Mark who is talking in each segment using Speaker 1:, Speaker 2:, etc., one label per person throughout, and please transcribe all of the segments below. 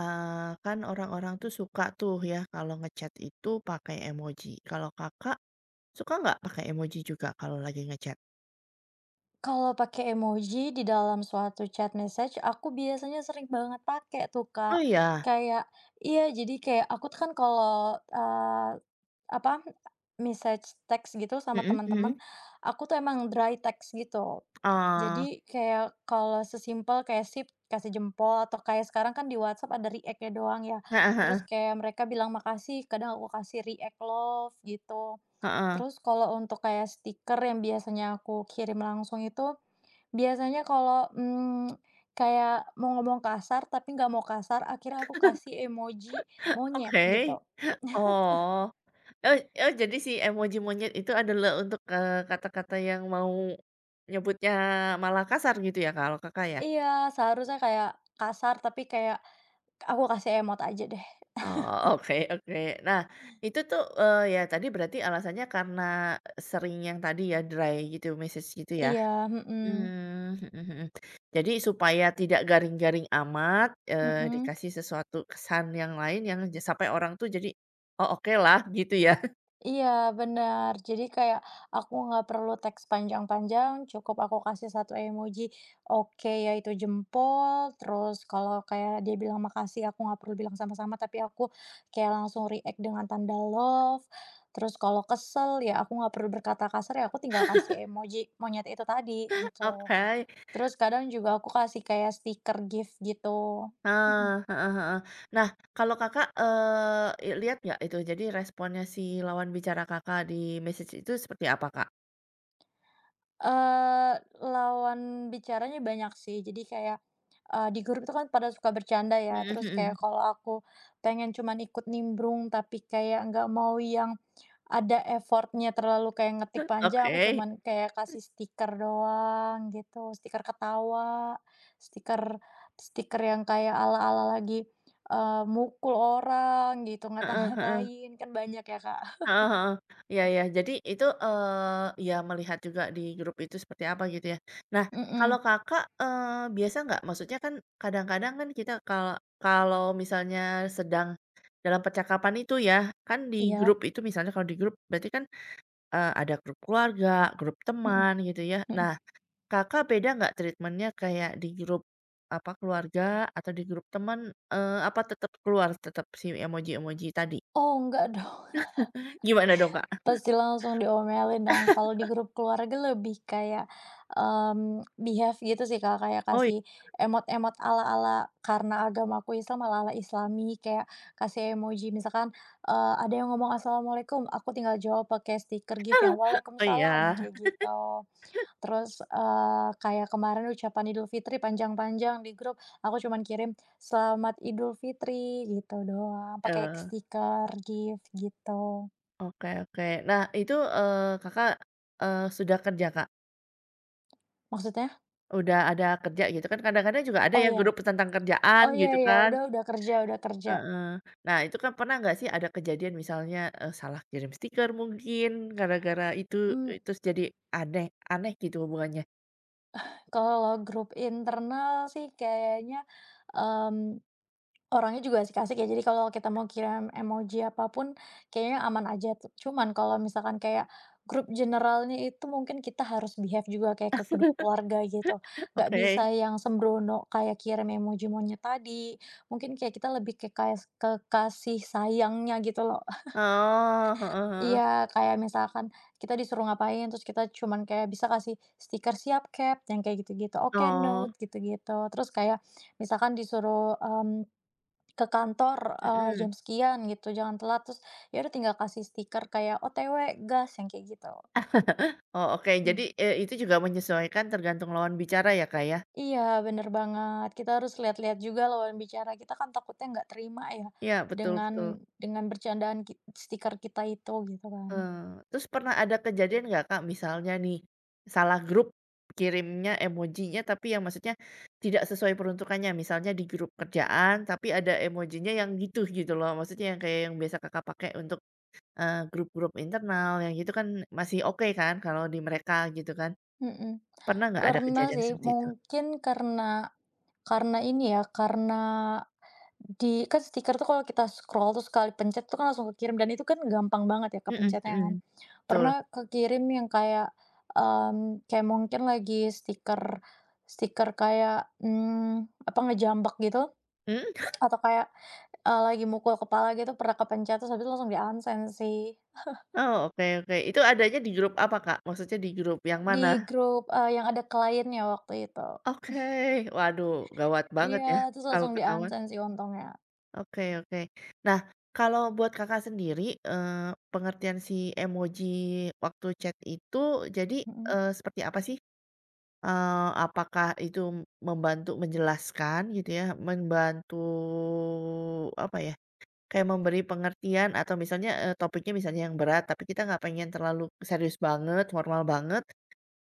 Speaker 1: Kan orang-orang tuh suka tuh ya kalau ngechat itu pakai emoji. Kalau Kakak, suka nggak pakai emoji juga kalau lagi ngechat?
Speaker 2: Kalau pakai emoji di dalam suatu chat message, aku biasanya sering banget pakai tuh, Kak.
Speaker 1: Oh iya?
Speaker 2: Kayak iya, jadi kayak aku tuh kan kalau, apa, message text gitu sama
Speaker 1: Mhm mhm.
Speaker 2: teman-teman, aku tuh emang dry text gitu.
Speaker 1: Oh.
Speaker 2: Jadi kayak kalau sesimpel kayak sip, kasih jempol, atau kayak sekarang kan di WhatsApp ada react-nya doang ya.
Speaker 1: Heeh
Speaker 2: Terus
Speaker 1: heeh.
Speaker 2: kayak mereka bilang makasih, kadang aku kasih react love gitu.
Speaker 1: Heeh.
Speaker 2: Terus kalau untuk kayak stiker yang biasanya aku kirim langsung itu biasanya kalau, kayak mau ngomong kasar tapi nggak mau kasar, akhirnya aku kasih emoji monyet
Speaker 1: Oke.
Speaker 2: gitu.
Speaker 1: Oh. Oh oh jadi si emoji monyet itu adalah untuk, kata-kata yang mau nyebutnya malah kasar gitu ya kalau Kakak ya?
Speaker 2: Iya, seharusnya kayak kasar tapi kayak aku kasih emot aja deh.
Speaker 1: Oh, oke oke. Nah, itu tuh, ya tadi berarti alasannya karena sering yang tadi ya, dry gitu, message gitu ya?
Speaker 2: Iya, mhm,
Speaker 1: Mmm, mhm mhm. Jadi supaya tidak garing-garing amat,
Speaker 2: mhm.
Speaker 1: dikasih sesuatu kesan yang lain yang ja sampai orang tuh jadi, "Oh, oke lah gitu ya?
Speaker 2: Iya, benar. Jadi kayak aku nggak perlu teks panjang-panjang, cukup aku kasih satu emoji, oke, yaitu jempol, terus kalau kayak dia bilang makasih, aku nggak perlu bilang sama-sama, tapi aku kayak langsung react dengan tanda love. Terus kalau kesel, ya aku nggak perlu berkata kasar, ya aku tinggal kasih emoji monyet itu tadi, gitu.
Speaker 1: Oke,
Speaker 2: Terus kadang juga aku kasih kayak stiker gift gitu.
Speaker 1: heeh heeh. Nah, kalau Kakak, i lihat nggak itu, jadi responnya si lawan bicara Kakak di message itu seperti apa, Kak?
Speaker 2: Lawan bicaranya banyak sih. Jadi kayak, di grup itu kan pada suka bercanda ya,
Speaker 1: Mhm
Speaker 2: terus
Speaker 1: mhm.
Speaker 2: kayak kalau aku pengen cuman ikut nimbrung tapi kayak nggak mau yang ada effortnya terlalu kayak ngetik panjang, aku
Speaker 1: Oke,
Speaker 2: cuman kayak kasih stiker doang gitu, stiker ketawa, stiker stiker yang kayak ala-ala lagi, mukul orang gitu,
Speaker 1: heeh heeh.
Speaker 2: ngata-ngatain, kan banyak ya, Kak.
Speaker 1: Heeh heeh. Iya iya. Jadi itu, ya melihat juga di grup itu seperti apa gitu ya. Nah, kalau
Speaker 2: Mhm,
Speaker 1: Kakak, biasa nggak? Maksudnya kan kadang-kadang kan kita kal kalau misalnya sedang dalam percakapan itu ya, kan di
Speaker 2: iya,
Speaker 1: grup itu misalnya kalau di grup berarti kan, ada grup keluarga, grup
Speaker 2: mhm
Speaker 1: teman gitu ya.
Speaker 2: mhm.
Speaker 1: Nah, Kakak beda nggak treatment-nya kayak di grup, apa, keluarga atau di grup teman, apa tetap keluar tetap si emoji-emoji tadi?
Speaker 2: Oh, enggak dong.
Speaker 1: Gimana dong, Kak?
Speaker 2: Pasti langsung diomelin dong, kalau di grup keluarga lebih kayak, behave gitu sih, Kak, kayak
Speaker 1: Oh, i
Speaker 2: kasih emot-emot ala-ala karena agamaku Islam, ala-ala Islami, kayak kasih emoji misalkan, ada yang ngomong "Assalamualaikum," aku tinggal jawab pakai stiker gift yang
Speaker 1: oh
Speaker 2: "Waalaikumsalam," yang
Speaker 1: iya.
Speaker 2: kayak gitu. Terus, kayak kemarin ucapan Idul Fitri panjang-panjang di grup, aku cuman kirim "Selamat Idul Fitri," gitu doang, pakai
Speaker 1: Eee,
Speaker 2: stiker gift gitu.
Speaker 1: oke oke. Nah itu, Kakak, sudah kerja, Kak?
Speaker 2: Maksudnya?
Speaker 1: Udah ada kerja gitu kan kadang-kadang juga ada
Speaker 2: Oh,
Speaker 1: ya
Speaker 2: ya.
Speaker 1: grup tentang kerjaan
Speaker 2: Oh, iya,
Speaker 1: gitu
Speaker 2: iya,
Speaker 1: kan,
Speaker 2: udah kerja udah kerja.
Speaker 1: heeh. Nah itu kan pernah nggak sih ada kejadian misalnya, salah kirim stiker mungkin gara-gara itu,
Speaker 2: Mmm,
Speaker 1: terus jadi aneh aneh gitu hubungannya?
Speaker 2: kalau grup internal sih kayaknya, mmm, orangnya juga asik-asik ya, jadi kalau kita mau kirim emoji apapun, kayaknya aman aja tuh. Cuman kalau misalkan kayak grup generalnya itu mungkin kita harus behave juga kayak ke grup keluarga gitu. Nggak
Speaker 1: Oke.
Speaker 2: bisa yang sembrono kayak kirim emoji monyet tadi, mungkin kayak kita lebih ke kayak ke kasih sayangnya gitu loh.
Speaker 1: Oh, heeh heeh.
Speaker 2: Iya, kayak misalkan kita disuruh ngapain, terus kita cuman kayak bisa kasih stiker, "Siap, Cap," yang kayak gitu-gitu, "Oke,
Speaker 1: Oh,
Speaker 2: note," gitu-gitu. Terus kayak misalkan disuruh, ke kantor,
Speaker 1: mhm.
Speaker 2: jam sekian gitu, "Jangan telat," terus ya udah tinggal kasih stiker kayak "OTW, gas," yang kayak gitu.
Speaker 1: Oh oke
Speaker 2: Mmm.
Speaker 1: jadi, itu juga menyesuaikan tergantung lawan bicara ya, Kak, ya?
Speaker 2: Iya, bener banget. Kita harus lihat-lihat juga lawan bicara kita kan takutnya nggak terima ya
Speaker 1: Iya betul
Speaker 2: dengan
Speaker 1: betul.
Speaker 2: dengan bercandaan stiker kita itu, gitu kan.
Speaker 1: Terus pernah ada kejadian nggak, Kak, misalnya nih salah grup kirimnya emojinya, tapi yang maksudnya tidak sesuai peruntukannya. Misalnya di grup kerjaan, tapi ada emojinya yang gitu gitu loh. Maksudnya yang kayak yang biasa Kakak pakai untuk, grup-grup internal yang gitu kan masih oke kan kalau di mereka gitu kan.
Speaker 2: Mhm.
Speaker 1: Pernah nggak ada
Speaker 2: Pernah
Speaker 1: kejadian
Speaker 2: sih,
Speaker 1: seperti itu?
Speaker 2: mungkin karena karena di kan stiker tuh kalau kita scroll terus sekali pencet tuh kan langsung kekirim dan itu kan gampang banget ya
Speaker 1: Mhm
Speaker 2: kepencetnya kan.
Speaker 1: mhm,
Speaker 2: Pernah
Speaker 1: betul.
Speaker 2: kekirim yang kayak, kayak mungkin lagi stiker stiker kayak, apa, ngejambak gitu
Speaker 1: Mhm?
Speaker 2: atau kayak, lagi mukul kepala gitu pernah kepencet terus habis itu langsung di-unsend sih.
Speaker 1: Oh, oke oke. Itu adanya di grup apa, Kak? Maksudnya di grup yang
Speaker 2: Di
Speaker 1: mana?
Speaker 2: grup, yang ada kliennya waktu itu.
Speaker 1: Oke. Waduh, gawat banget
Speaker 2: Iya,
Speaker 1: ya
Speaker 2: terus
Speaker 1: kalau
Speaker 2: langsung
Speaker 1: ketahuan.
Speaker 2: di-unsend sih untungnya.
Speaker 1: Oke oke. Nah, kalau buat Kakak sendiri, eee, pengertian si emoji waktu chat itu jadi,
Speaker 2: Mhm.
Speaker 1: seperti apa sih? Apakah itu membantu menjelaskan gitu ya, membantu apa ya, kayak memberi pengertian atau misalnya, topiknya misalnya yang berat, tapi kita nggak pengen terlalu serius banget, formal banget,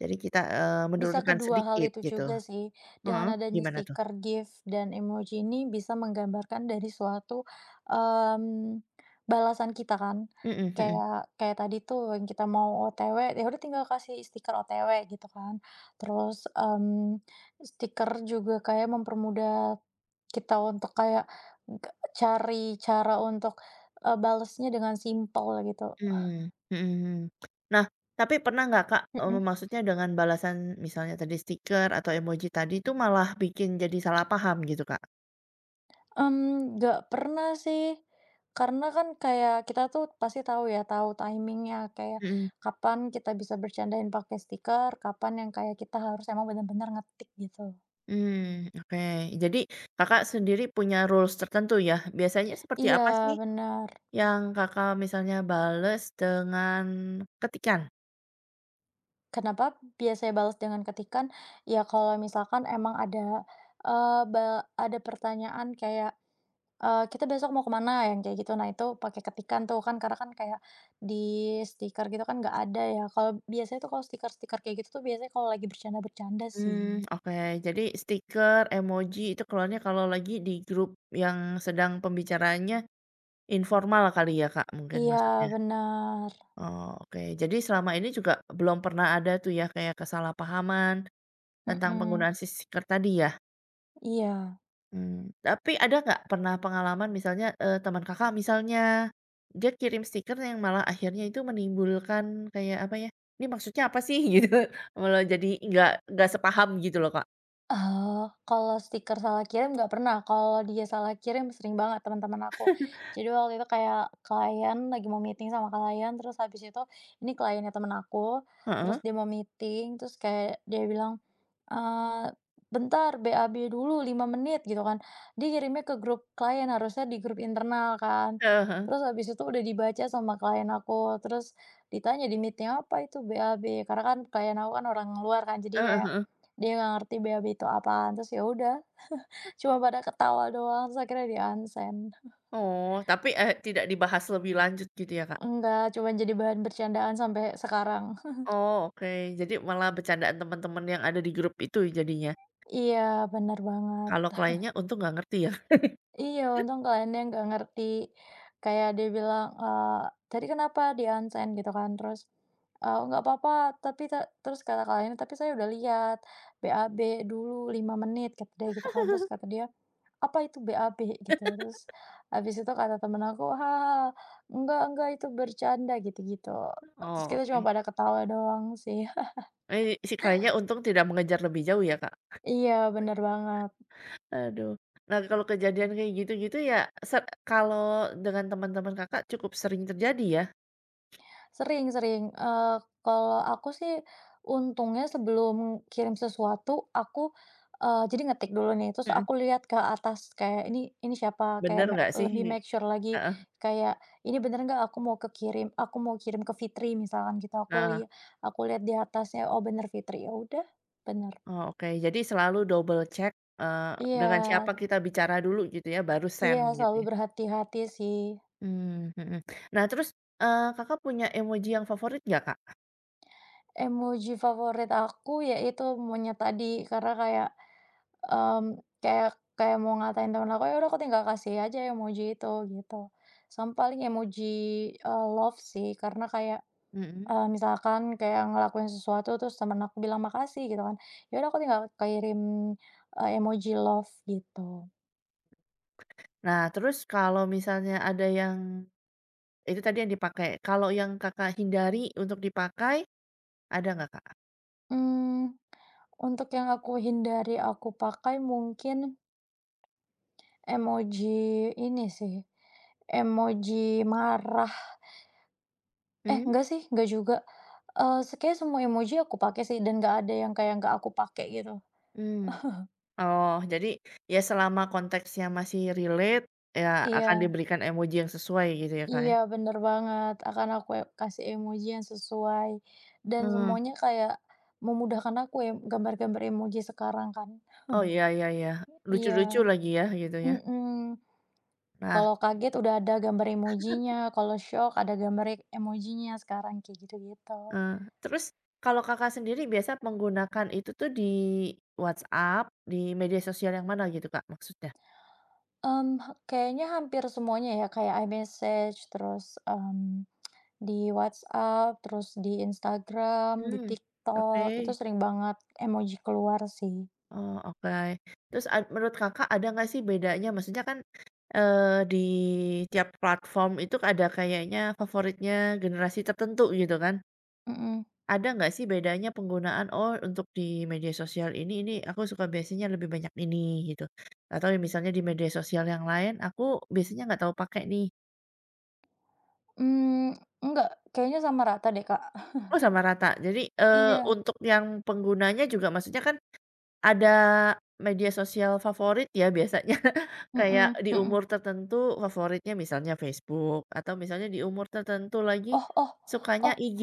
Speaker 1: jadi kita,
Speaker 2: Bisa
Speaker 1: menurunkan
Speaker 2: kedua hal
Speaker 1: sedikit
Speaker 2: itu
Speaker 1: gitu.
Speaker 2: juga sih.
Speaker 1: Heeh,
Speaker 2: Dengan adanya
Speaker 1: gimana tuh?
Speaker 2: stiker, GIF, dan emoji ini bisa menggambarkan dari suatu, mmm, balasan kita kan.
Speaker 1: Mhm mhm.
Speaker 2: Kayak kayak tadi tuh yang kita mau OTW, ya udah tinggal kasih stiker OTW gitu kan. Terus, stiker juga kayak mempermudah kita untuk kayak g cari cara untuk, balesnya dengan simpel gitu.
Speaker 1: Mmm, mhm mhm. Nah, tapi pernah nggak Kak,
Speaker 2: Mhm.
Speaker 1: maksudnya dengan balasan misalnya tadi stiker atau emoji tadi itu malah bikin jadi salah paham gitu Kak?
Speaker 2: Mmm, nggak pernah sih, karena kan kayak kita tuh pasti tahu ya, tahu timingnya kayak
Speaker 1: Mhm,
Speaker 2: kapan kita bisa bercandain pakai stiker, kapan yang kayak kita harus emang benar-benar ngetik gitu.
Speaker 1: mmm, oke. Jadi Kakak sendiri punya rules tertentu ya? Biasanya seperti apa
Speaker 2: Iya,
Speaker 1: sih
Speaker 2: benar.
Speaker 1: yang Kakak misalnya bales dengan ketikan?
Speaker 2: Kenapa biasanya balas dengan ketikan? Ya kalau misalkan emang ada, eee, ba ada pertanyaan kayak "Kita besok mau kemana?" Yang kayak gitu. Nah, itu pakai ketikan tuh kan, karena kan kayak di stiker gitu kan nggak ada ya. Kalau biasanya tuh kalau stiker-stiker kayak gitu tuh biasanya kalau lagi bercanda-bercanda
Speaker 1: Mmm,
Speaker 2: sih.
Speaker 1: oke. Jadi stiker, emoji itu keluarnya kalau lagi di grup yang sedang pembicaraannya informal kali ya Kak, mungkin
Speaker 2: Iya,
Speaker 1: maksudnya?
Speaker 2: bener.
Speaker 1: Oh, oke. Jadi selama ini juga belum pernah ada tuh ya kayak kesalahpahaman tentang
Speaker 2: Mhm,
Speaker 1: penggunaan si stiker tadi ya?
Speaker 2: iya.
Speaker 1: Mmm, tapi ada nggak pernah pengalaman misalnya, teman Kakak misalnya, dia kirim stiker yang malah akhirnya itu menimbulkan kayak apa ya, "Ini maksudnya apa sih?" Gitu, malah jadi nggak sepaham gitu loh, Kak.
Speaker 2: Oh, kalau stiker salah kirim nggak pernah, kalau dia salah kirim sering banget teman-teman aku. Jadi waktu itu kayak klien lagi mau meeting sama klien, terus habis itu ini kliennya temen aku, terus
Speaker 1: Heeh.
Speaker 2: dia mau meeting, terus kayak dia bilang Eee, bentar BAB dulu 5 menit gitu kan, dia kirimnya ke grup klien harusnya di grup internal kan,
Speaker 1: Heeh heeh.
Speaker 2: terus habis itu udah dibaca sama klien aku, terus ditanya, "Di meeting apa itu BAB?" Karena kan klien aku kan orang luar kan, jadi kayak
Speaker 1: Heeh
Speaker 2: dia nggak ngerti BAB itu apaan, terus ya udah cuma pada ketawa doang, terus akhirnya di-unsend.
Speaker 1: Oh, tapi, tidak dibahas lebih lanjut gitu ya, Kak?
Speaker 2: Enggak, cuma jadi bahan bercandaan sampai sekarang.
Speaker 1: Oh, oke. Jadi malah bercandaan teman-teman yang ada di grup itu jadinya?
Speaker 2: Iya, bener banget.
Speaker 1: Kalau kliennya untung nggak ngerti ya.
Speaker 2: Iya, untung kliennya nggak ngerti. Kayak dia bilang, "Tadi kenapa di-unsend?" Gitu kan, terus, "Nggak apa-apa, tapi ta" terus kata kliennya, "Tapi saya udah lihat, BAB dulu 5 menit," kata dia gitu kan. Terus kata dia, "Apa itu BAB?" Gitu. Terus habis itu kata temen aku, enggak, itu bercanda," gitu-gitu. Terus
Speaker 1: Oh,
Speaker 2: kita cuma
Speaker 1: oke.
Speaker 2: pada ketawa doang sih.
Speaker 1: Ini si kliennya untung tidak mengejar lebih jauh ya, Kak.
Speaker 2: Iya, bener banget.
Speaker 1: Aduh. Nah, kalau kejadian kayak gitu-gitu ya ser kalau dengan teman-teman Kakak cukup sering terjadi ya?
Speaker 2: Sering, sering, kalau aku sih untungnya sebelum kirim sesuatu aku, jadi ngetik dulu nih terus
Speaker 1: Mhm.
Speaker 2: aku lihat ke atas kayak ini siapa kayak
Speaker 1: Bener nggak sih?
Speaker 2: lebih make sure lagi
Speaker 1: Heeh,
Speaker 2: kayak ini bener nggak aku mau kirim ke Fitri misalkan gitu aku
Speaker 1: nah,
Speaker 2: lihat, di atasnya oh bener Fitri ya udah bener.
Speaker 1: oh, oke. Jadi selalu double check, eee,
Speaker 2: Iya,
Speaker 1: dengan siapa kita bicara dulu gitu ya, baru send
Speaker 2: iya,
Speaker 1: gitu
Speaker 2: selalu
Speaker 1: ya?
Speaker 2: berhati-hati sih.
Speaker 1: Mmm, mhm. Nah, terus, Kakak punya emoji yang favorit nggak, Kak?
Speaker 2: Emoji favorit aku yaitu monyet tadi karena kayak kayak kayak mau ngatain temen aku, ya udah aku tinggal kasih aja emoji itu, gitu. Sama paling emoji, love sih, karena kayak,
Speaker 1: Mhm.
Speaker 2: misalkan kayak ngelakuin sesuatu terus temen aku bilang makasih gitu kan, ya udah aku tinggal kirim, emoji love gitu.
Speaker 1: Nah, terus kalau misalnya ada yang Itu tadi yang dipakai. Kalau yang Kakak hindari untuk dipakai, ada nggak, Kak?
Speaker 2: Mmm, untuk yang aku hindari aku pakai mungkin emoji ini sih, emoji marah. Eh,
Speaker 1: Mmm,
Speaker 2: enggak sih, enggak juga. Eee, se Kayaknya semua emoji aku pakai sih dan nggak ada yang kayak nggak aku pakai gitu.
Speaker 1: mhm. Oh, jadi ya selama konteksnya masih relate, ya akan
Speaker 2: Iya,
Speaker 1: diberikan emoji yang sesuai gitu ya, Kak, ya?
Speaker 2: iya, bener banget, akan aku kasih emoji yang sesuai dan
Speaker 1: Heeh.
Speaker 2: semuanya kayak memudahkan aku ya, gambar-gambar emoji sekarang kan.
Speaker 1: Oh, iya iya iya,
Speaker 2: Iya,
Speaker 1: lucu-lucu lagi ya gitu ya.
Speaker 2: mhm.
Speaker 1: Nah,
Speaker 2: Kalau kaget udah ada gambar emojinya, kalau shock ada gambar emojinya sekarang, kayak gitu-gitu.
Speaker 1: eee, terus kalau Kakak sendiri biasa menggunakan itu tuh di WhatsApp, di media sosial yang mana gitu, Kak, maksudnya?
Speaker 2: Mmm, kayaknya hampir semuanya ya, kayak iMessage, terus, di WhatsApp, terus di Instagram, di
Speaker 1: Mmm.
Speaker 2: TikTok, itu
Speaker 1: Oke.
Speaker 2: sering banget emoji keluar sih.
Speaker 1: Oh, oke. Terus ad menurut Kakak ada nggak sih bedanya? Maksudnya kan, di tiap platform itu ada kayaknya favoritnya generasi tertentu gitu kan.
Speaker 2: Mhm.
Speaker 1: Ada nggak sih bedanya penggunaan, "Oh, untuk di media sosial ini aku suka biasanya lebih banyak ini," gitu. Atau misalnya di media sosial yang lain aku biasanya nggak terlalu pakai nih.
Speaker 2: Mmm, enggak, kayaknya sama rata deh, Kak.
Speaker 1: Oh, sama rata. Jadi,
Speaker 2: Iya,
Speaker 1: untuk yang penggunanya juga maksudnya kan Ada media sosial favorit ya biasanya kayak
Speaker 2: mhm
Speaker 1: di
Speaker 2: mhm.
Speaker 1: umur tertentu favoritnya misalnya Facebook atau misalnya di umur tertentu lagi
Speaker 2: Oh, oh,
Speaker 1: sukanya
Speaker 2: oh,
Speaker 1: IG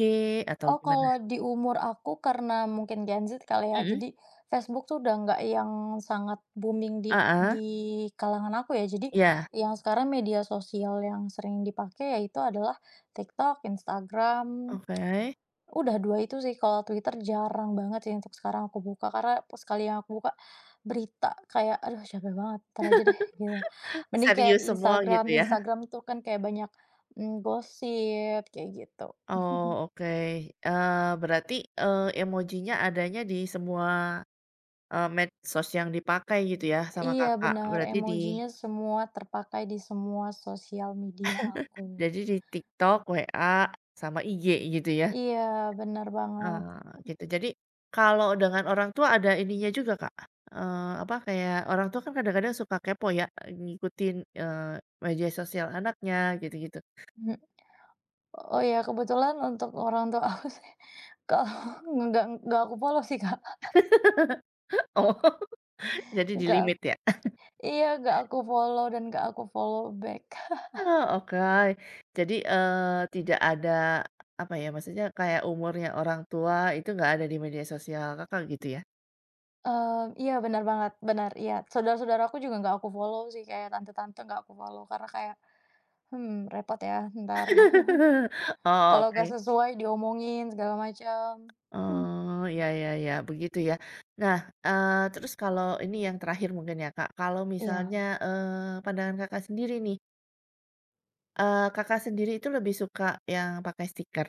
Speaker 1: atau
Speaker 2: oh,
Speaker 1: gimana?
Speaker 2: kalau di umur aku karena mungkin Gen Z kali ya,
Speaker 1: Mhm,
Speaker 2: jadi Facebook tuh udah nggak yang sangat booming di
Speaker 1: heeh,
Speaker 2: kalangan aku ya. Jadi
Speaker 1: iya,
Speaker 2: yang sekarang media sosial yang sering dipakai yaitu adalah TikTok, Instagram.
Speaker 1: oke.
Speaker 2: Udah 2 itu sih, kalau Twitter jarang banget sih untuk sekarang aku buka, karena sekali yang aku buka berita kayak, aduh capek banget, entar aja deh gitu. Mending kayak
Speaker 1: Serius
Speaker 2: di
Speaker 1: semua
Speaker 2: Instagram,
Speaker 1: gitu ya?
Speaker 2: Instagram tuh kan kayak banyak, gosip kayak gitu.
Speaker 1: Oh, oke, berarti, emojinya adanya di semua, medsos yang dipakai gitu ya sama
Speaker 2: Iya
Speaker 1: Kakak?
Speaker 2: benar,
Speaker 1: Berarti di
Speaker 2: emojinya semua terpakai di semua sosial media aku.
Speaker 1: jadi di TikTok, WA, sama IG gitu ya?
Speaker 2: Iya benar banget,
Speaker 1: Gitu. Jadi, kalau dengan orang tua ada ininya juga, Kak, apa, kayak orang tua kan kadang-kadang suka kepo ya, ngikutin, eee, media sosial anaknya gitu-gitu.
Speaker 2: mhm. Oh ya kebetulan untuk orang tua aku sih, kalau nggak aku follow sih Kak,
Speaker 1: Oh, jadi di
Speaker 2: nggak.
Speaker 1: limit ya?
Speaker 2: Iya, gak aku follow dan gak aku follow back.
Speaker 1: Oh, oke. Jadi, tidak ada, apa ya, maksudnya kayak umurnya orang tua itu nggak ada di media sosial Kakak gitu ya?
Speaker 2: Mmm, iya bener banget, bener, iya. Saudara-saudaraku juga gak aku follow sih, kayak tante-tante gak aku follow karena kayak, "Hmm, repot ya entar
Speaker 1: Oh,
Speaker 2: kalau
Speaker 1: oke.
Speaker 2: gak sesuai diomongin segala macam." Hmm,
Speaker 1: Oh, ya ya ya, begitu ya. Nah, terus kalau ini yang terakhir mungkin ya, Kak, kalau
Speaker 2: iya,
Speaker 1: misalnya, pandangan Kakak sendiri nih, Kakak sendiri itu lebih suka yang pakai stiker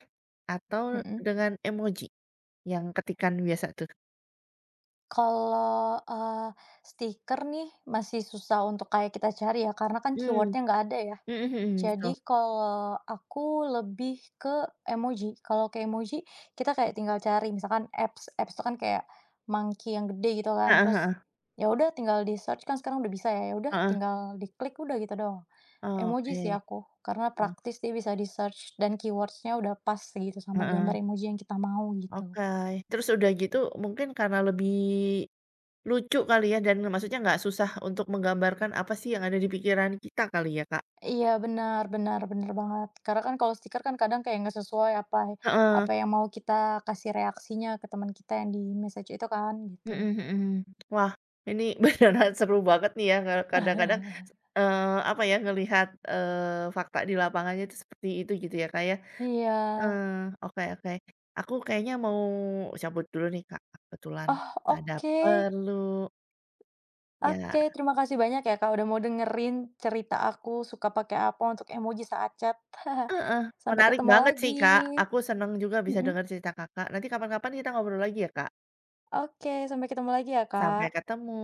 Speaker 1: atau
Speaker 2: mhm.
Speaker 1: dengan emoji yang ketikan biasa tuh?
Speaker 2: Kalau, stiker nih masih susah untuk kayak kita cari ya, karena kan
Speaker 1: Hmm,
Speaker 2: keyword-nya nggak ada ya.
Speaker 1: mhm mhm,
Speaker 2: Jadi
Speaker 1: betul.
Speaker 2: kalau aku lebih ke emoji. Kalau ke emoji, kita kayak tinggal cari misalkan apps, itu kan kayak monkey yang gede gitu kan.
Speaker 1: Heeh
Speaker 2: Terus
Speaker 1: heeh,
Speaker 2: ya udah tinggal di search kan sekarang udah bisa ya. Ya udah
Speaker 1: heeh.
Speaker 2: tinggal diklik udah gitu doang. Emoji sih
Speaker 1: Oke,
Speaker 2: aku karena
Speaker 1: mmm,
Speaker 2: praktis dia bisa di search dan keywordsnya udah pas gitu sama
Speaker 1: heeh,
Speaker 2: gambar emoji yang kita mau gitu.
Speaker 1: oke. Terus udah gitu mungkin karena lebih lucu kali ya dan maksudnya nggak susah untuk menggambarkan apa sih yang ada di pikiran kita kali ya, Kak?
Speaker 2: Iya benar, benar, benar banget. Karena kan kalau stiker kan kadang kayak nggak sesuai apa
Speaker 1: Heeh.
Speaker 2: apa yang mau kita kasih reaksinya ke teman kita yang di message itu kan, gitu.
Speaker 1: Mhm mhm. Wah, ini beneran seru banget nih ya, ka kadang-kadang, apa ya, ngelihat, fakta di lapangannya itu seperti itu gitu ya, Kayak, ya.
Speaker 2: Iya.
Speaker 1: Eh, oke oke. Aku kayaknya mau cabut dulu nih, Kak, kebetulan
Speaker 2: Oh,
Speaker 1: ada
Speaker 2: oke.
Speaker 1: perlu. Ya
Speaker 2: Oke, terima kasih banyak ya Kak, udah mau dengerin cerita aku suka pakai apa untuk emoji saat chat.
Speaker 1: heeh,
Speaker 2: Sampai
Speaker 1: menarik
Speaker 2: ketemu
Speaker 1: banget sih,
Speaker 2: lagi.
Speaker 1: Kak. Aku seneng juga bisa
Speaker 2: Mhm.
Speaker 1: dengar cerita Kakak. Nanti kapan-kapan kita ngobrol lagi ya, Kak.
Speaker 2: Oke, sampai ketemu lagi ya Kak.
Speaker 1: Sampai ketemu.